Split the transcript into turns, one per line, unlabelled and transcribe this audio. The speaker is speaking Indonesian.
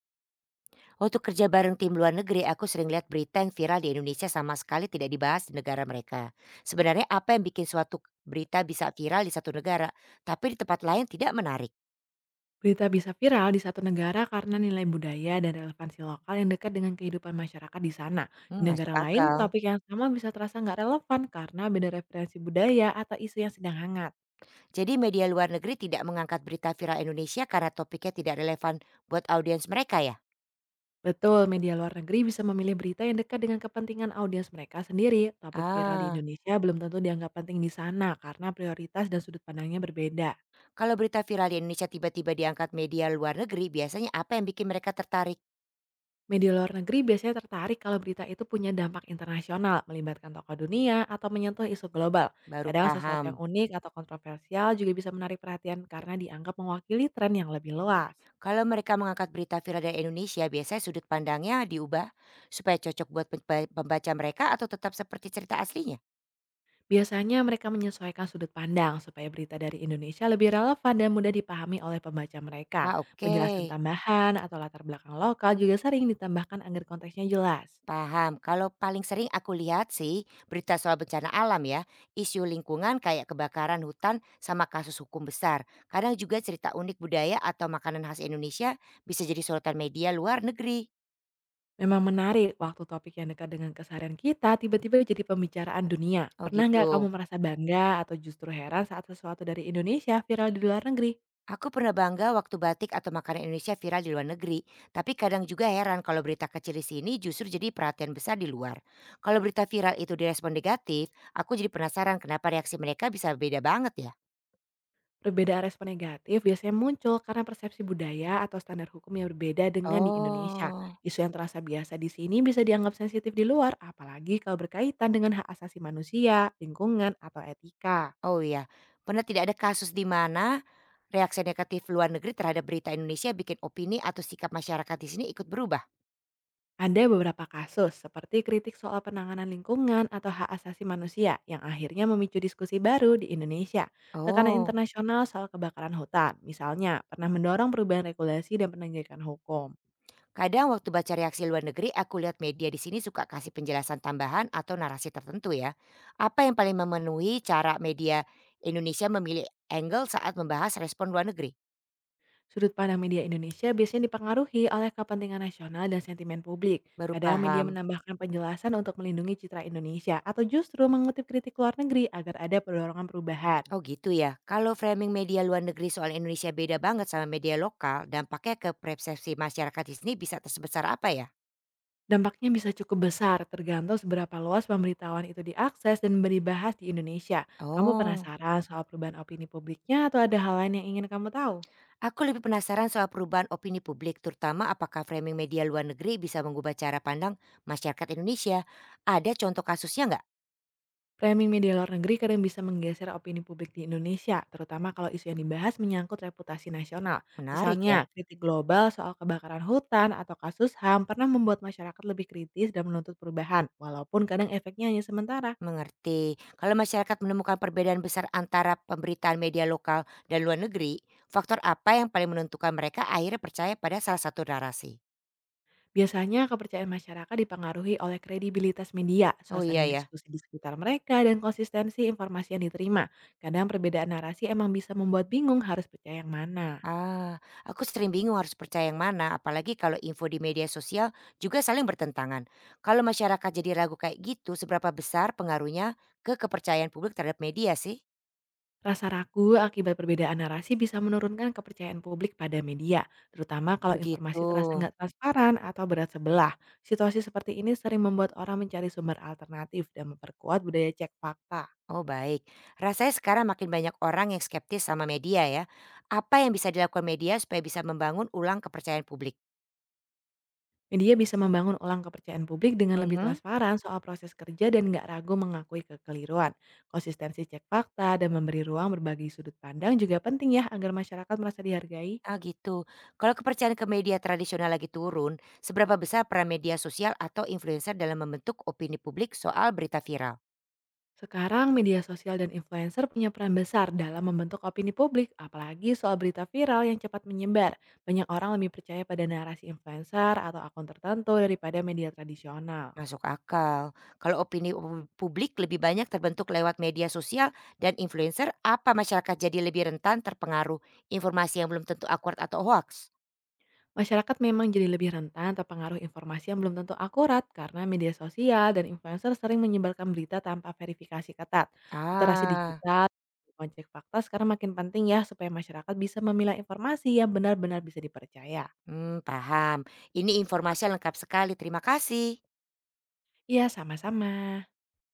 Waktu kerja bareng tim luar negeri, aku sering lihat berita yang viral di Indonesia sama sekali tidak dibahas di negara mereka. Sebenarnya apa yang bikin suatu berita bisa viral di satu negara, tapi di tempat lain tidak menarik?
Berita bisa viral di satu negara karena nilai budaya dan relevansi lokal yang dekat dengan kehidupan masyarakat di sana. Di
Hmm,
negara
masuk
lain,
akal.
topik yang sama bisa terasa nggak relevan karena beda referensi budaya atau isu yang sedang hangat.
Jadi media luar negeri tidak mengangkat berita viral Indonesia karena topiknya tidak relevan buat audiens mereka ya?
Betul, media luar negeri bisa memilih berita yang dekat dengan kepentingan audiens mereka sendiri. Topik viral di
Ah,
Indonesia belum tentu dianggap penting di sana karena prioritas dan sudut pandangnya berbeda.
kalau berita viral di Indonesia tiba-tiba diangkat media luar negeri, biasanya apa yang bikin mereka tertarik?
Media luar negeri biasanya tertarik kalau berita itu punya dampak internasional, melibatkan tokoh dunia, atau menyentuh isu global.
Baru
Kadang sesuatu yang
paham.
unik atau kontroversial juga bisa menarik perhatian karena dianggap mewakili tren yang lebih luas.
Kalau mereka mengangkat berita viral dari Indonesia, biasanya sudut pandangnya diubah supaya cocok buat pembaca mereka atau tetap seperti cerita aslinya?
Biasanya mereka menyesuaikan sudut pandang supaya berita dari Indonesia lebih relevan dan mudah dipahami oleh pembaca mereka.
Ah, oke.
Penjelasan tambahan atau latar belakang lokal juga sering ditambahkan agar konteksnya jelas.
Paham. Kalau paling sering aku lihat sih berita soal bencana alam ya, isu lingkungan kayak kebakaran hutan sama kasus hukum besar. Kadang juga cerita unik budaya atau makanan khas Indonesia bisa jadi sorotan media luar negeri.
Memang menarik waktu topik yang dekat dengan keseharian kita tiba-tiba jadi pembicaraan dunia.
Oh
Pernah nggak kamu
gitu.
merasa bangga atau justru heran saat sesuatu dari Indonesia viral di luar negeri?
Aku pernah bangga waktu batik atau makanan Indonesia viral di luar negeri, tapi kadang juga heran kalau berita kecil di sini justru jadi perhatian besar di luar. Kalau berita viral itu direspon negatif, aku jadi penasaran kenapa reaksi mereka bisa beda banget ya.
Perbedaan respon negatif biasanya muncul karena persepsi budaya atau standar hukum yang berbeda dengan di Indonesia.
Oh,
Isu yang terasa biasa di sini bisa dianggap sensitif di luar, apalagi kalau berkaitan dengan hak asasi manusia, lingkungan, atau etika.
oh iya. Pernah tidak ada kasus di mana reaksi negatif luar negeri terhadap berita Indonesia bikin opini atau sikap masyarakat di sini ikut berubah?
Ada beberapa kasus seperti kritik soal penanganan lingkungan atau hak asasi manusia yang akhirnya memicu diskusi baru di Indonesia. Tekanan
Oh.
internasional soal kebakaran hutan, misalnya, pernah mendorong perubahan regulasi dan penegakan hukum.
Kadang waktu baca reaksi luar negeri, aku lihat media di sini suka kasih penjelasan tambahan atau narasi tertentu ya. Apa yang paling memenuhi cara media Indonesia memilih angle saat membahas respon luar negeri?
Sudut pandang media Indonesia biasanya dipengaruhi oleh kepentingan nasional dan sentimen publik.
Baru
Kadang media
paham.
menambahkan penjelasan untuk melindungi citra Indonesia atau justru mengutip kritik luar negeri agar ada dorongan perubahan.
Oh gitu ya. Kalau framing media luar negeri soal Indonesia beda banget sama media lokal, dampaknya ke persepsi masyarakat di sini bisa tersebesar apa ya?
Dampaknya bisa cukup besar, tergantung seberapa luas pemberitahuan itu diakses dan dibahas di Indonesia. Kamu
Oh,
penasaran soal perubahan opini publiknya atau ada hal lain yang ingin kamu tahu?
aku lebih penasaran soal perubahan opini publik, terutama apakah framing media luar negeri bisa mengubah cara pandang masyarakat Indonesia. Ada contoh kasusnya nggak?
Framing media luar negeri kadang bisa menggeser opini publik di Indonesia, terutama kalau isu yang dibahas menyangkut reputasi nasional.
Menarik
Misalnya,
ya,
kritik global soal kebakaran hutan atau kasus HAM pernah membuat masyarakat lebih kritis dan menuntut perubahan, walaupun kadang efeknya hanya sementara.
mengerti. Kalau masyarakat menemukan perbedaan besar antara pemberitaan media lokal dan luar negeri, faktor apa yang paling menentukan mereka akhirnya percaya pada salah satu narasi?
Biasanya kepercayaan masyarakat dipengaruhi oleh kredibilitas media,
Oh
suasana
iya ya.
diskusi di sekitar mereka, dan konsistensi informasi yang diterima. Kadang perbedaan narasi emang bisa membuat bingung harus percaya yang mana.
Ah, aku sering bingung harus percaya yang mana, apalagi kalau info di media sosial juga saling bertentangan. Kalau masyarakat jadi ragu kayak gitu, seberapa besar pengaruhnya ke kepercayaan publik terhadap media sih?
Rasa ragu akibat perbedaan narasi bisa menurunkan kepercayaan publik pada media, terutama kalau
Begitu.
informasi terasa nggak transparan atau berat sebelah. Situasi seperti ini sering membuat orang mencari sumber alternatif dan memperkuat budaya cek fakta.
Oh baik, rasanya sekarang makin banyak orang yang skeptis sama media ya. Apa yang bisa dilakukan media supaya bisa membangun ulang kepercayaan publik?
Media bisa membangun ulang kepercayaan publik dengan lebih
Mhm.
transparan soal proses kerja dan nggak ragu mengakui kekeliruan. Konsistensi cek fakta dan memberi ruang berbagi sudut pandang juga penting ya agar masyarakat merasa dihargai.
Ah gitu. Kalau kepercayaan ke media tradisional lagi turun, seberapa besar peran media sosial atau influencer dalam membentuk opini publik soal berita viral?
Sekarang media sosial dan influencer punya peran besar dalam membentuk opini publik, apalagi soal berita viral yang cepat menyebar. Banyak orang lebih percaya pada narasi influencer atau akun tertentu daripada media tradisional.
Masuk akal. Kalau opini publik lebih banyak terbentuk lewat media sosial dan influencer, apa masyarakat jadi lebih rentan terpengaruh informasi yang belum tentu akurat atau hoax?
Masyarakat memang jadi lebih rentan terpengaruh informasi yang belum tentu akurat karena media sosial dan influencer sering menyebarkan berita tanpa verifikasi ketat. Literasi
Ah.
digital, cek fakta sekarang makin penting ya supaya masyarakat bisa memilah informasi yang benar-benar bisa dipercaya.
Paham. Ini informasi lengkap sekali, terima kasih.
Iya, sama-sama.